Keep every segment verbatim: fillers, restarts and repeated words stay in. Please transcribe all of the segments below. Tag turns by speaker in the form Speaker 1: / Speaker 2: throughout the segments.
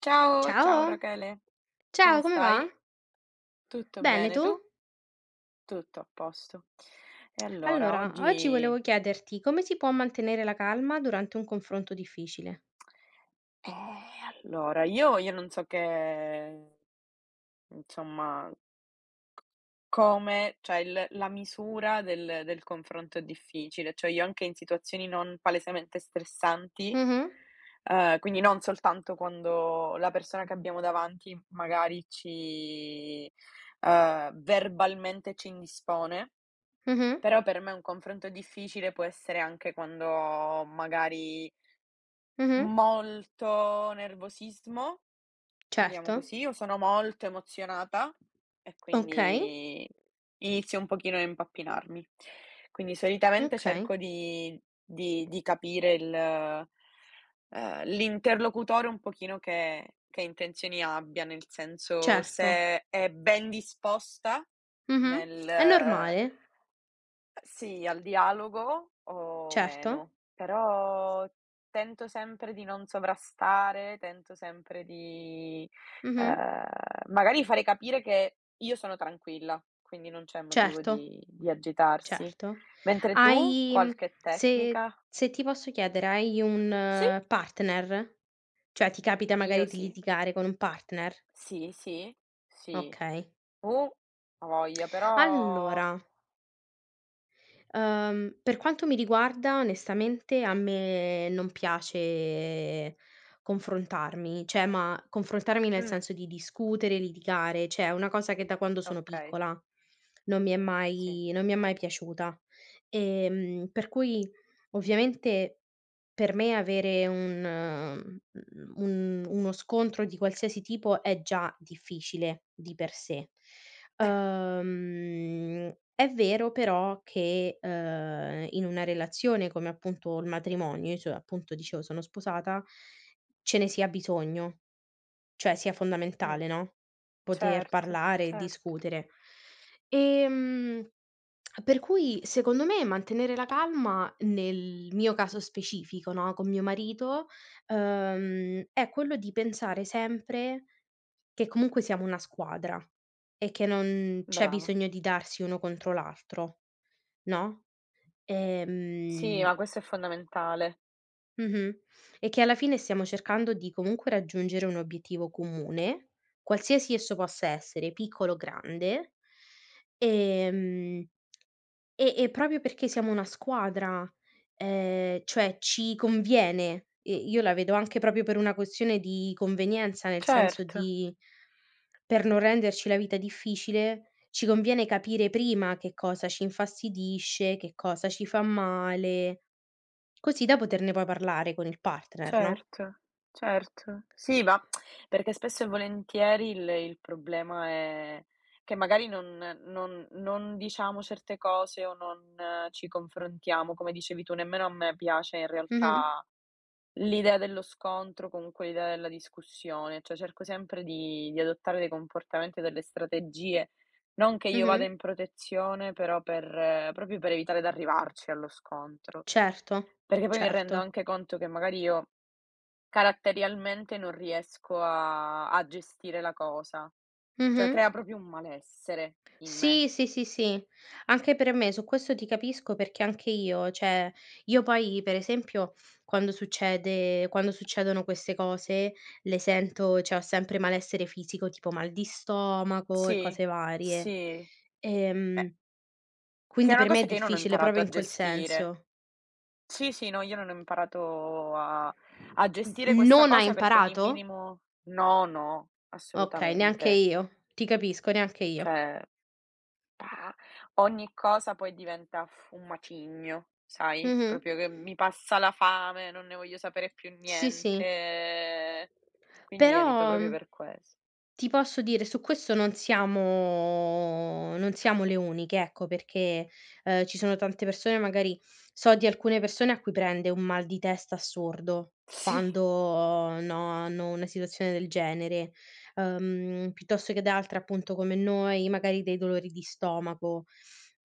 Speaker 1: Ciao, ciao
Speaker 2: Ciao,
Speaker 1: Rachele, come
Speaker 2: ciao, come va?
Speaker 1: stai? Tutto
Speaker 2: Bene,
Speaker 1: bene
Speaker 2: tu?
Speaker 1: tu? Tutto a posto. E allora,
Speaker 2: Allora, oggi
Speaker 1: oggi.
Speaker 2: volevo chiederti come si può mantenere la calma durante un confronto difficile?
Speaker 1: Eh, allora, io, io non so che, insomma, come, cioè il- la misura del, del confronto è difficile, cioè io anche in situazioni non palesemente stressanti,
Speaker 2: Mh-mh,
Speaker 1: eh, quindi non soltanto quando la persona che abbiamo davanti magari ci, eh, verbalmente ci indispone.
Speaker 2: mh-mh,
Speaker 1: Però per me un confronto difficile può essere anche quando ho magari
Speaker 2: mh-mh,
Speaker 1: molto nervosismo, andiamo
Speaker 2: certo,
Speaker 1: così, o sono molto emozionata e
Speaker 2: okay,
Speaker 1: quindi inizio un pochino a impappinarmi. Quindi solitamente
Speaker 2: okay,
Speaker 1: cerco di di di capire il ehm, l'interlocutore un pochino che che intenzioni abbia, nel senso
Speaker 2: certo,
Speaker 1: se è ben disposta
Speaker 2: mh-mh. È
Speaker 1: nel
Speaker 2: normale,
Speaker 1: sì, al dialogo o
Speaker 2: certo,
Speaker 1: meno, però tento sempre di non sovrastare, tento sempre di,
Speaker 2: mh-mh,
Speaker 1: ehm, magari fare capire che io sono tranquilla, quindi non c'è motivo
Speaker 2: certo,
Speaker 1: di di agitarsi.
Speaker 2: certo.
Speaker 1: Mentre tu?
Speaker 2: Hai mhmm,
Speaker 1: Qualche
Speaker 2: se
Speaker 1: tecnica?
Speaker 2: se ti posso chiedere, hai un
Speaker 1: Sì.
Speaker 2: eh, partner? Cioè ti capita magari
Speaker 1: Io
Speaker 2: di
Speaker 1: sì.
Speaker 2: litigare con un partner?
Speaker 1: Sì, sì, sì.
Speaker 2: Okay.
Speaker 1: Tu? A voglia, però
Speaker 2: Allora, Uhm, per quanto mi riguarda, onestamente, a me non piace confrontarmi, cioè ma confrontarmi nel
Speaker 1: mh,
Speaker 2: senso di discutere, litigare, cioè è una cosa che da quando sono
Speaker 1: okay,
Speaker 2: piccola non mi è
Speaker 1: sì.
Speaker 2: mai non mi è mai piaciuta. Ehm, per cui ovviamente per me avere un mhmm, un uno scontro di qualsiasi tipo è già difficile di per sé. Uhm, è vero però che, uhm, in una relazione come appunto il matrimonio, io so appunto dicevo sono sposata, ce ne sia bisogno. Cioè sia
Speaker 1: Mh,
Speaker 2: fondamentale, no, poter
Speaker 1: certo,
Speaker 2: parlare e
Speaker 1: certo.
Speaker 2: discutere. Ehm, per cui secondo me mantenere la calma nel mio caso specifico, no, con mio marito, uhm, è quello di pensare sempre che comunque siamo una squadra e che non c'è
Speaker 1: Brava.
Speaker 2: bisogno di darsi uno contro l'altro, no,
Speaker 1: Sì,
Speaker 2: ehm
Speaker 1: ma questo è fondamentale.
Speaker 2: mh-mh. E che alla fine stiamo cercando di comunque raggiungere un obiettivo comune, qualsiasi esso possa essere, piccolo o grande, ehm, e e proprio perché siamo una squadra, ehm, cioè ci conviene, e io la vedo anche proprio per una questione di convenienza, nel senso
Speaker 1: Certo,
Speaker 2: di per non renderci la vita difficile, ci conviene capire prima che cosa ci infastidisce, che cosa ci fa male, così da poterne poi parlare con il partner, no.
Speaker 1: certo, certo. Sì, ma perché spesso e volentieri il il problema è che magari non non non diciamo certe cose o non eh, ci confrontiamo, come dicevi tu, nemmeno a me piace in
Speaker 2: Mh-mh.
Speaker 1: realtà l'idea dello scontro, comunque l'idea della discussione, cioè cerco sempre di di adottare dei comportamenti o delle strategie, non che io vada
Speaker 2: Mh-mh.
Speaker 1: in protezione, però per eh, proprio per evitare d'arrivarci allo scontro.
Speaker 2: Certo,
Speaker 1: Perché poi mi
Speaker 2: certo.
Speaker 1: rendo anche conto che magari io caratterialmente non riesco a a gestire la cosa, cioè
Speaker 2: Mh-mh.
Speaker 1: crea proprio un malessere in me.
Speaker 2: Sì, sì, sì, sì. Anche per me, su questo ti capisco perché anche io, cioè io poi per esempio quando succede quando succedono queste cose le sento, cioè ho sempre malessere fisico, tipo mal di stomaco e
Speaker 1: Sì,
Speaker 2: cose varie.
Speaker 1: sì, eh,
Speaker 2: Ehm,
Speaker 1: che
Speaker 2: quindi
Speaker 1: è una
Speaker 2: per me è
Speaker 1: cosa che io non ho
Speaker 2: difficile
Speaker 1: imparato
Speaker 2: proprio
Speaker 1: a
Speaker 2: in quel
Speaker 1: gestire.
Speaker 2: senso.
Speaker 1: Sì, sì, no, io non ho imparato a a
Speaker 2: Mh,
Speaker 1: gestire questa
Speaker 2: non hai
Speaker 1: cosa perché ogni
Speaker 2: imparato?
Speaker 1: minimo. No, no,
Speaker 2: Okay, neanche
Speaker 1: assolutamente.
Speaker 2: io. Ti capisco, neanche io.
Speaker 1: Cioè. Ah, ogni cosa poi diventa f un macigno, sai,
Speaker 2: Mh-mh.
Speaker 1: proprio che mi passa la fame, non ne voglio sapere più
Speaker 2: Sì, sì.
Speaker 1: niente, quindi evito
Speaker 2: Però,
Speaker 1: proprio
Speaker 2: mhmm,
Speaker 1: per ques.
Speaker 2: Ti posso dire, su questo non siamo non siamo le uniche, ecco, perché, ehm, ci sono tante persone magari, so di alcune persone a cui prende un mal di testa assurdo
Speaker 1: Sì,
Speaker 2: quando, no, hanno una situazione del genere, ehm, piuttosto che ad altre, appunto, come noi, magari dei dolori di stomaco.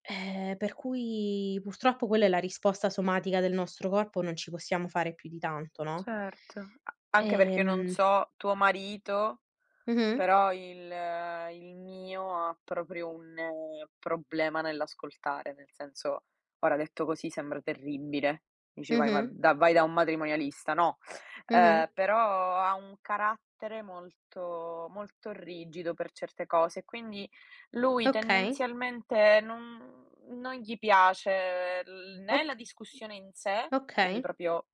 Speaker 2: Ehm, per cui purtroppo quella è la risposta somatica del nostro corpo, non ci possiamo fare più di tanto, no?
Speaker 1: certo. A anche perché non
Speaker 2: Ehm
Speaker 1: so tuo marito.
Speaker 2: mh-mh,
Speaker 1: Però il eh, il mio ha proprio un eh, problema nell'ascoltare, nel senso, ora detto così sembra terribile. Dici: "Vai ma
Speaker 2: mh-mh,
Speaker 1: da vai da un matrimonialista", no.
Speaker 2: mh-mh.
Speaker 1: Ehm, però ha un carattere molto molto rigido per certe cose, quindi lui
Speaker 2: Okay,
Speaker 1: tendenzialmente non non gli piace l né la
Speaker 2: oc
Speaker 1: discussione in sé, quindi
Speaker 2: okay.
Speaker 1: proprio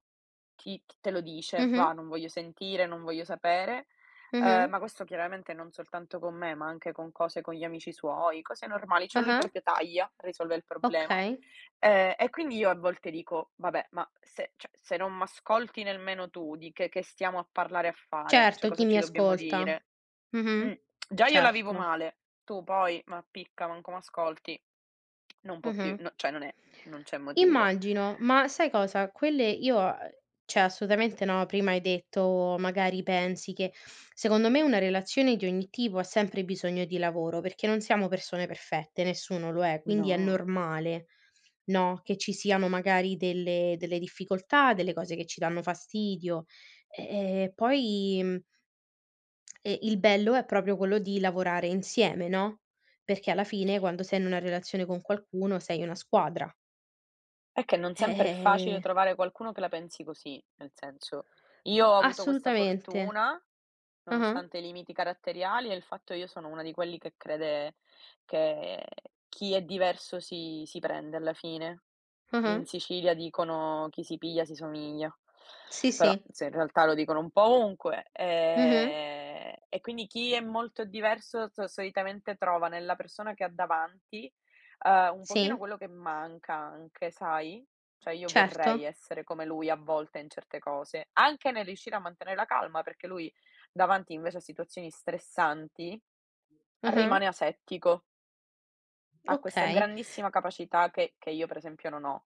Speaker 1: chi t te lo dice:
Speaker 2: Mh-mh,
Speaker 1: "Va, non voglio sentire, non voglio sapere". Ehm,
Speaker 2: mh-mh,
Speaker 1: ma questo chiaramente non soltanto con me, ma anche con cose con gli amici suoi, cose normali, cioè lui
Speaker 2: ah-ah,
Speaker 1: proprio taglia, risolve il problema.
Speaker 2: okay.
Speaker 1: Ehm, e quindi io a volte dico: "Vabbè, ma se cioè se non m'ascolti nemmeno tu, di che che stiamo a parlare e a fare? Cioè
Speaker 2: Certo, chi
Speaker 1: cosa
Speaker 2: mi
Speaker 1: ci dobbiamo
Speaker 2: ascolta.
Speaker 1: dire?
Speaker 2: Mh-mh,
Speaker 1: Mh, già io la vivo
Speaker 2: certo.
Speaker 1: male, tu poi, ma picca, manco m'ascolti". Non può
Speaker 2: Mh-mh.
Speaker 1: più, no cioè non è non c'è motivo.
Speaker 2: Immagino, ma sai cosa? Quelle io, uhm, cioè assolutamente no, prima hai detto magari pensi che secondo me una relazione di ogni tipo ha sempre bisogno di lavoro, perché non siamo persone perfette, nessuno lo è, quindi è
Speaker 1: No.
Speaker 2: normale, no, che ci siano magari delle delle difficoltà, delle cose che ci danno fastidio. E e poi, mhmm, e il bello è proprio quello di lavorare insieme, no? Perché alla fine quando sei in una relazione con qualcuno sei una squadra.
Speaker 1: È che non sempre è facile
Speaker 2: Eh,
Speaker 1: trovare qualcuno che la pensi così, nel senso, io ho avuto questa
Speaker 2: assolutamente.
Speaker 1: fortuna,
Speaker 2: Ah-ah,
Speaker 1: nonostante i limiti caratteriali e il fatto io sono una di quelli che crede che chi è diverso si si prende alla fine.
Speaker 2: ah-ah.
Speaker 1: In Sicilia dicono: "Chi si piglia si somiglia".
Speaker 2: Sì,
Speaker 1: Però,
Speaker 2: sì.
Speaker 1: se in realtà lo dicono un po' ovunque,
Speaker 2: Mh-mh.
Speaker 1: ehm, e quindi chi è molto diverso so solitamente trova nella persona che ha davanti, uhm, un
Speaker 2: Sì,
Speaker 1: pochino quello che manca anche, sai? Cioè io vorrei
Speaker 2: certo.
Speaker 1: essere come lui a volte in certe cose, anche nel riuscire a mantenere la calma, perché lui davanti invece a situazioni stressanti
Speaker 2: Ah-ah.
Speaker 1: rimane asettico, ha questa
Speaker 2: Okay.
Speaker 1: grandissima capacità che che io per esempio non ho.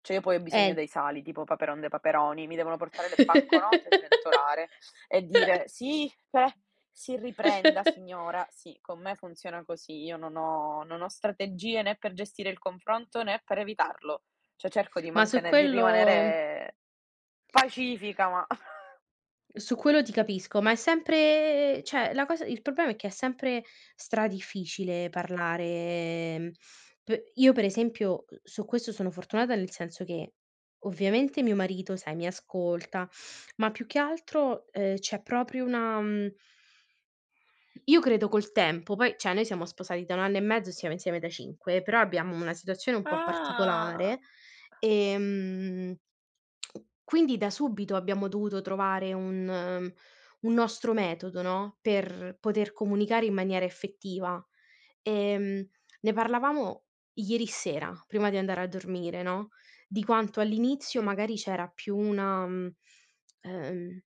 Speaker 1: Cioè io poi ho bisogno
Speaker 2: Eh
Speaker 1: dei sali, tipo Paperon de Paperoni, mi devono portare le banconote, sventolare e dire: "Sì, eh, si riprenda signora." Sì, con me funziona così, io non ho non ho strategie né per gestire il confronto né per evitarlo. Cioè cerco di
Speaker 2: Ma su
Speaker 1: mantene di
Speaker 2: quello
Speaker 1: rimanere pacifica, ma
Speaker 2: Su quello ti capisco, ma è sempre, cioè la cosa, il problema è che è sempre stradifficile parlare, mhmm, p io per esempio, uhm, su questo sono fortunata nel senso che ovviamente mio marito, sai, mi ascolta, ma più che altro, ehm, c'è proprio una, mhmm io credo col tempo, poi cioè noi siamo sposati da un anno e mezzo e siamo insieme da cinque, però abbiamo una situazione un po'
Speaker 1: Ah,
Speaker 2: particolare, ehm, quindi da subito abbiamo dovuto trovare un ehm, un nostro metodo, no, per poter comunicare in maniera effettiva. Ehm, Ne parlavamo ieri sera prima di andare a dormire, no, di quanto all'inizio
Speaker 1: sì.
Speaker 2: magari c'era più una, mhmm, ehm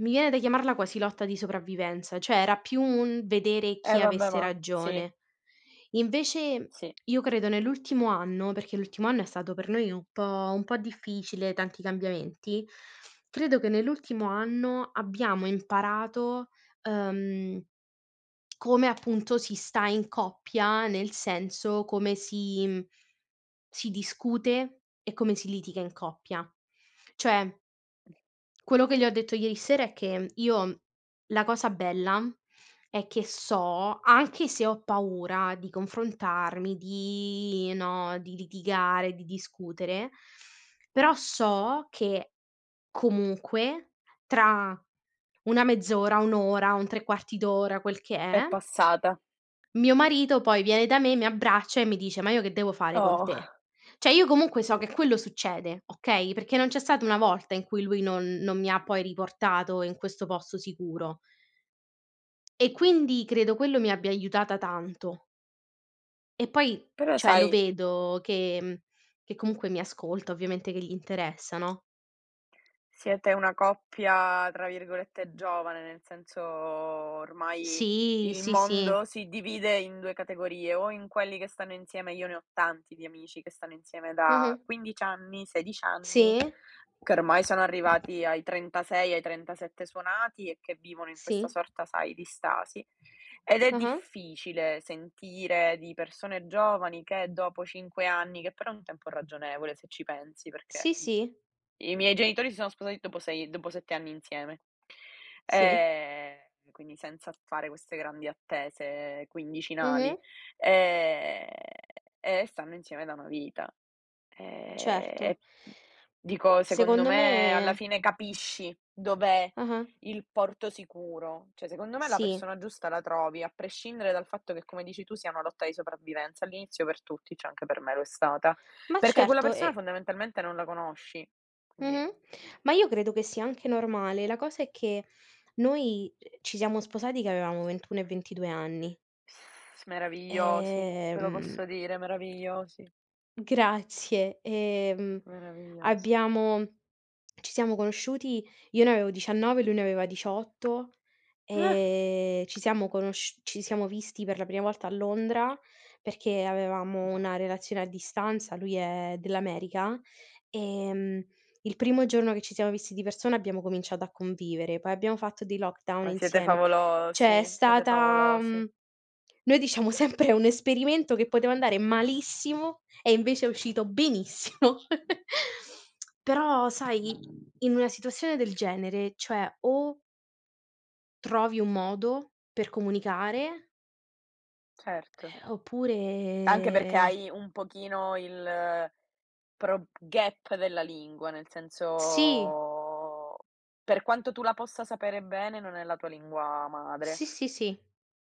Speaker 2: mi viene da chiamarla quasi lotta di sopravvivenza, cioè era più un vedere
Speaker 1: Eh
Speaker 2: chi
Speaker 1: vabbè,
Speaker 2: avesse
Speaker 1: ma sì,
Speaker 2: ragione. Invece
Speaker 1: sì,
Speaker 2: io credo nell'ultimo anno, perché l'ultimo anno è stato per noi un po' un po' difficile, tanti cambiamenti, credo che nell'ultimo anno abbiamo imparato, uhm, come appunto si sta in coppia, nel senso come si mhmm, si discute e come si litiga in coppia. Cioè quello che gli ho detto ieri sera è che io, la cosa bella è che so, anche se ho paura di confrontarmi, di no, di litigare, di discutere, però so che comunque tra una mezz'ora, un' ora, un tre quarti d'ora, quel che
Speaker 1: è
Speaker 2: è,
Speaker 1: passata.
Speaker 2: mio marito poi viene da me, mi abbraccia e mi dice: "Ma io che devo fare con
Speaker 1: Oh.
Speaker 2: te?" Cioè io comunque so che quello succede, okay, perché non c'è stata una volta in cui lui non non mi ha poi riportato in questo posto sicuro e quindi credo quello mi abbia aiutata tanto. E poi,
Speaker 1: Però
Speaker 2: cioè lo
Speaker 1: sai
Speaker 2: vedo che mhmm, che comunque mi ascolta, ovviamente che gli interessa, no.
Speaker 1: Siete una coppia, tra virgolette, "giovane", nel senso ormai
Speaker 2: Sì,
Speaker 1: il
Speaker 2: sì, sì.
Speaker 1: mondo si divide in due categorie, o in quelli che stanno insieme. Io ne ho tanti di amici che stanno insieme
Speaker 2: Mh-mh.
Speaker 1: da quindici anni, sedici
Speaker 2: Sì.
Speaker 1: anni, che ormai sono arrivati ai trentasei, ai trentasette suonati e che vivono in questa
Speaker 2: Sì.
Speaker 1: sorta, sai, di stasi. Ed è
Speaker 2: Ah-ah.
Speaker 1: difficile sentire di persone giovani che dopo cinque anni, che però è un tempo ragionevole se ci pensi perché,
Speaker 2: Sì,
Speaker 1: mhmm
Speaker 2: sì.
Speaker 1: i miei genitori si sono sposati dopo sei dopo sette anni insieme.
Speaker 2: Sì.
Speaker 1: Ehm, quindi senza fare queste grandi attese
Speaker 2: Mh-mh.
Speaker 1: quindicinali. Ehm, e stanno insieme da una vita. Ehm,
Speaker 2: Certo.
Speaker 1: e dico, secondo
Speaker 2: Secondo
Speaker 1: me alla
Speaker 2: me,
Speaker 1: fine capisci dov'è
Speaker 2: ah-ah,
Speaker 1: il porto sicuro. Cioè, secondo me la
Speaker 2: sì.
Speaker 1: persona giusta la trovi, a prescindere dal fatto che, come dici tu, sia una lotta di sopravvivenza. All'inizio per tutti, cioè anche per me lo è stata,
Speaker 2: Ma
Speaker 1: perché quella
Speaker 2: certo,
Speaker 1: persona
Speaker 2: e
Speaker 1: fondamentalmente non la conosci. Quindi.
Speaker 2: mh-mh. Ma io credo che sia anche normale. La cosa è che noi, ehm, ci siamo sposati che avevamo ventuno e ventidue anni.
Speaker 1: S meravigliosi, ve lo
Speaker 2: Ehm,
Speaker 1: posso dire, meravigliosi,
Speaker 2: grazie. Ehm,
Speaker 1: meravigliosi.
Speaker 2: abbiamo Ci siamo conosciuti, io ne avevo diciannove, lui ne aveva diciotto, ehm, ci siamo conosci ci siamo visti per la prima volta a Londra, perché avevamo
Speaker 1: Ah, no,
Speaker 2: una relazione a distanza, lui è dell'America. Ehm, il primo giorno che ci siamo visti di persona abbiamo cominciato a convivere, poi abbiamo fatto dei lockdown
Speaker 1: ma siete
Speaker 2: insieme. Cioè è
Speaker 1: favolosi, siete
Speaker 2: stata
Speaker 1: favolosi.
Speaker 2: mhmm, noi diciamo sempre un esperimento che poteva andare malissimo e invece è uscito benissimo. Però sai, in una situazione del genere, cioè o trovi un modo per comunicare,
Speaker 1: Certo.
Speaker 2: eh, oppure
Speaker 1: Anche perché
Speaker 2: ehm,
Speaker 1: hai un pochino il pro gap della lingua, nel
Speaker 2: sì,
Speaker 1: senso, per quanto tu la possa sapere bene, non è la tua lingua madre.
Speaker 2: sì, sì, sì.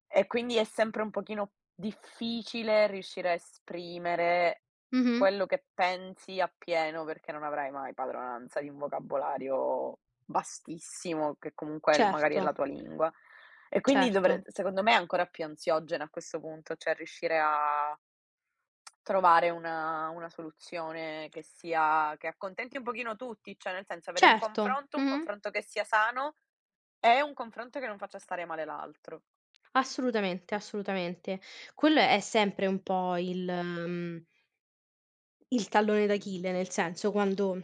Speaker 1: E quindi è sempre un pochino difficile riuscire a esprimere
Speaker 2: Mh-mh.
Speaker 1: quello che pensi appieno, perché non avrai mai padronanza di un vocabolario vastissimo che comunque è l magari
Speaker 2: Certo,
Speaker 1: è la tua lingua. E quindi
Speaker 2: certo.
Speaker 1: dovre secondo me è ancora più ansiogena a questo punto, cioè riuscire a trovare una una soluzione che sia che accontenti un pochino tutti, cioè nel senso avere un
Speaker 2: Certo,
Speaker 1: confronto, un
Speaker 2: mh-mh.
Speaker 1: confronto che sia sano e un confronto che non faccia stare male l'altro.
Speaker 2: Assolutamente, assolutamente. Quello è sempre un po' il, mhmm Il tallone d'Achille, nel senso quando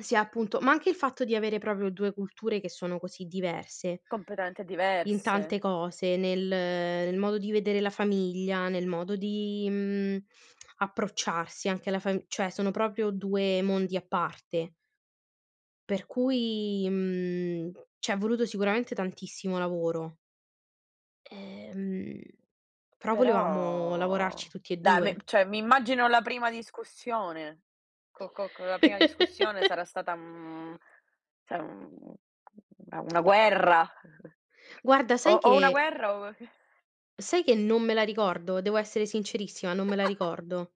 Speaker 2: si ha appunto, ma anche il fatto di avere proprio due culture che sono così diverse
Speaker 1: Completamente
Speaker 2: in tante
Speaker 1: diverse,
Speaker 2: cose, nel nel modo di vedere la famiglia, nel modo di, mhmm, approcciarsi anche alla fam cioè sono proprio due mondi a parte, per cui, mhmm, c'è voluto sicuramente tantissimo lavoro, ehm, però volevamo
Speaker 1: però
Speaker 2: lavorarci tutti e
Speaker 1: dai me
Speaker 2: due.
Speaker 1: cioè mi immagino la prima discussione. Co co co la prima discussione sarà stata, mhmm, cioè, mhmm, una una guerra,
Speaker 2: Guarda
Speaker 1: o
Speaker 2: sai
Speaker 1: o
Speaker 2: che
Speaker 1: una guerra o
Speaker 2: Sai che non me la ricordo, devo essere sincerissima, non me la ricordo.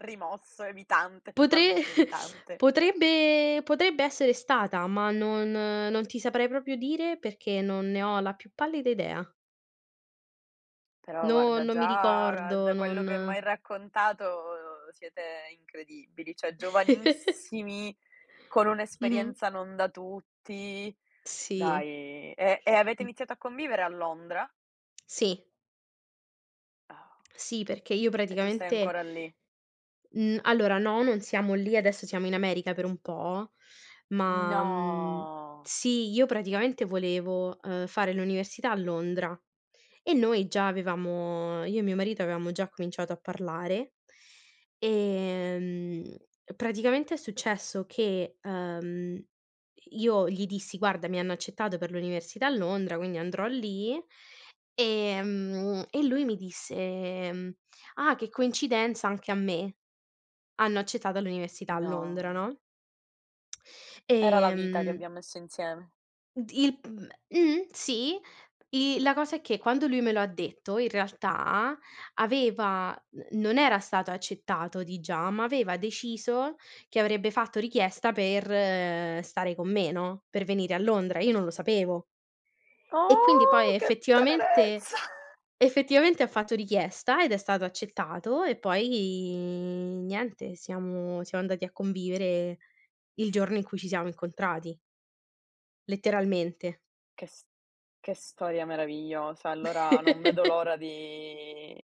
Speaker 1: rimosso, evitante,
Speaker 2: Potre
Speaker 1: totalmente evitante.
Speaker 2: potrebbe potrebbe essere stata, ma non non ti saprei proprio dire perché non ne ho la più pallida idea.
Speaker 1: Però
Speaker 2: No,
Speaker 1: guarda
Speaker 2: non mi
Speaker 1: già
Speaker 2: ricordo,
Speaker 1: da quello
Speaker 2: non
Speaker 1: che m'hai raccontato eh, siete incredibili, cioè giovanissimi, con
Speaker 2: Mh-mh.
Speaker 1: un'esperienza non da tutti.
Speaker 2: Sì.
Speaker 1: Dai, e e avete
Speaker 2: Mh,
Speaker 1: iniziato a convivere a Londra?
Speaker 2: sì,
Speaker 1: Ah,
Speaker 2: sì, perché io
Speaker 1: e tu stai
Speaker 2: praticamente,
Speaker 1: ancora lì?
Speaker 2: Mhmm, allora no, non siamo lì, adesso siamo in America per un po', ma, mhmm,
Speaker 1: No,
Speaker 2: sì, io praticamente volevo, uhm, fare l'università a Londra e, noi già avevamo io e mio marito avevamo già cominciato a parlare, ehm, praticamente è successo che, uhm, io gli dissi: "Guarda, mi hanno accettato per l'università a Londra, quindi andrò lì." Ehm, e lui mi disse: "Ah, che coincidenza, anche a me." Hanno accettato all'università a Londra,
Speaker 1: no,
Speaker 2: no,
Speaker 1: era la vita che
Speaker 2: ehm,
Speaker 1: abbiam messo insieme.
Speaker 2: d il mhmm, mh, sì, i la cosa è che quando lui me lo ha detto, in realtà aveva n non era stato accettato di già, ma aveva deciso che avrebbe fatto richiesta per, eh, stare con me, no, per venire a Londra. Io non lo sapevo. E quindi poi
Speaker 1: Oh, che
Speaker 2: effettivamente
Speaker 1: tenerezza!
Speaker 2: effettivamente ha fatto richiesta ed è stato accettato, e poi niente, siamo siamo andati a convivere il giorno in cui ci siamo incontrati, letteralmente.
Speaker 1: Che s che storia meravigliosa. Allora non vedo l'ora di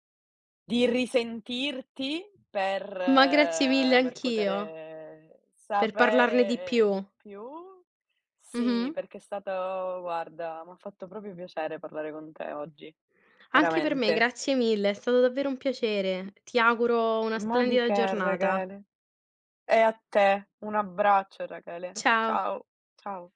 Speaker 1: di risentirti per
Speaker 2: Ma grazie mille
Speaker 1: eh, per poter
Speaker 2: anch'io,
Speaker 1: eh,
Speaker 2: per parlarne di
Speaker 1: sapere, ehm,
Speaker 2: più.
Speaker 1: di più.
Speaker 2: Mh-mh.
Speaker 1: Sì, perché è stato guarda, m'ha fatto proprio piacere parlare con te oggi.
Speaker 2: Anche per me,
Speaker 1: Veramente.
Speaker 2: grazie mille, è stato davvero un piacere. Ti auguro una
Speaker 1: Ma di
Speaker 2: splendida
Speaker 1: che
Speaker 2: giornata.
Speaker 1: Rachele? E a te, un abbraccio Rachele.
Speaker 2: Ciao.
Speaker 1: Ciao, ciao.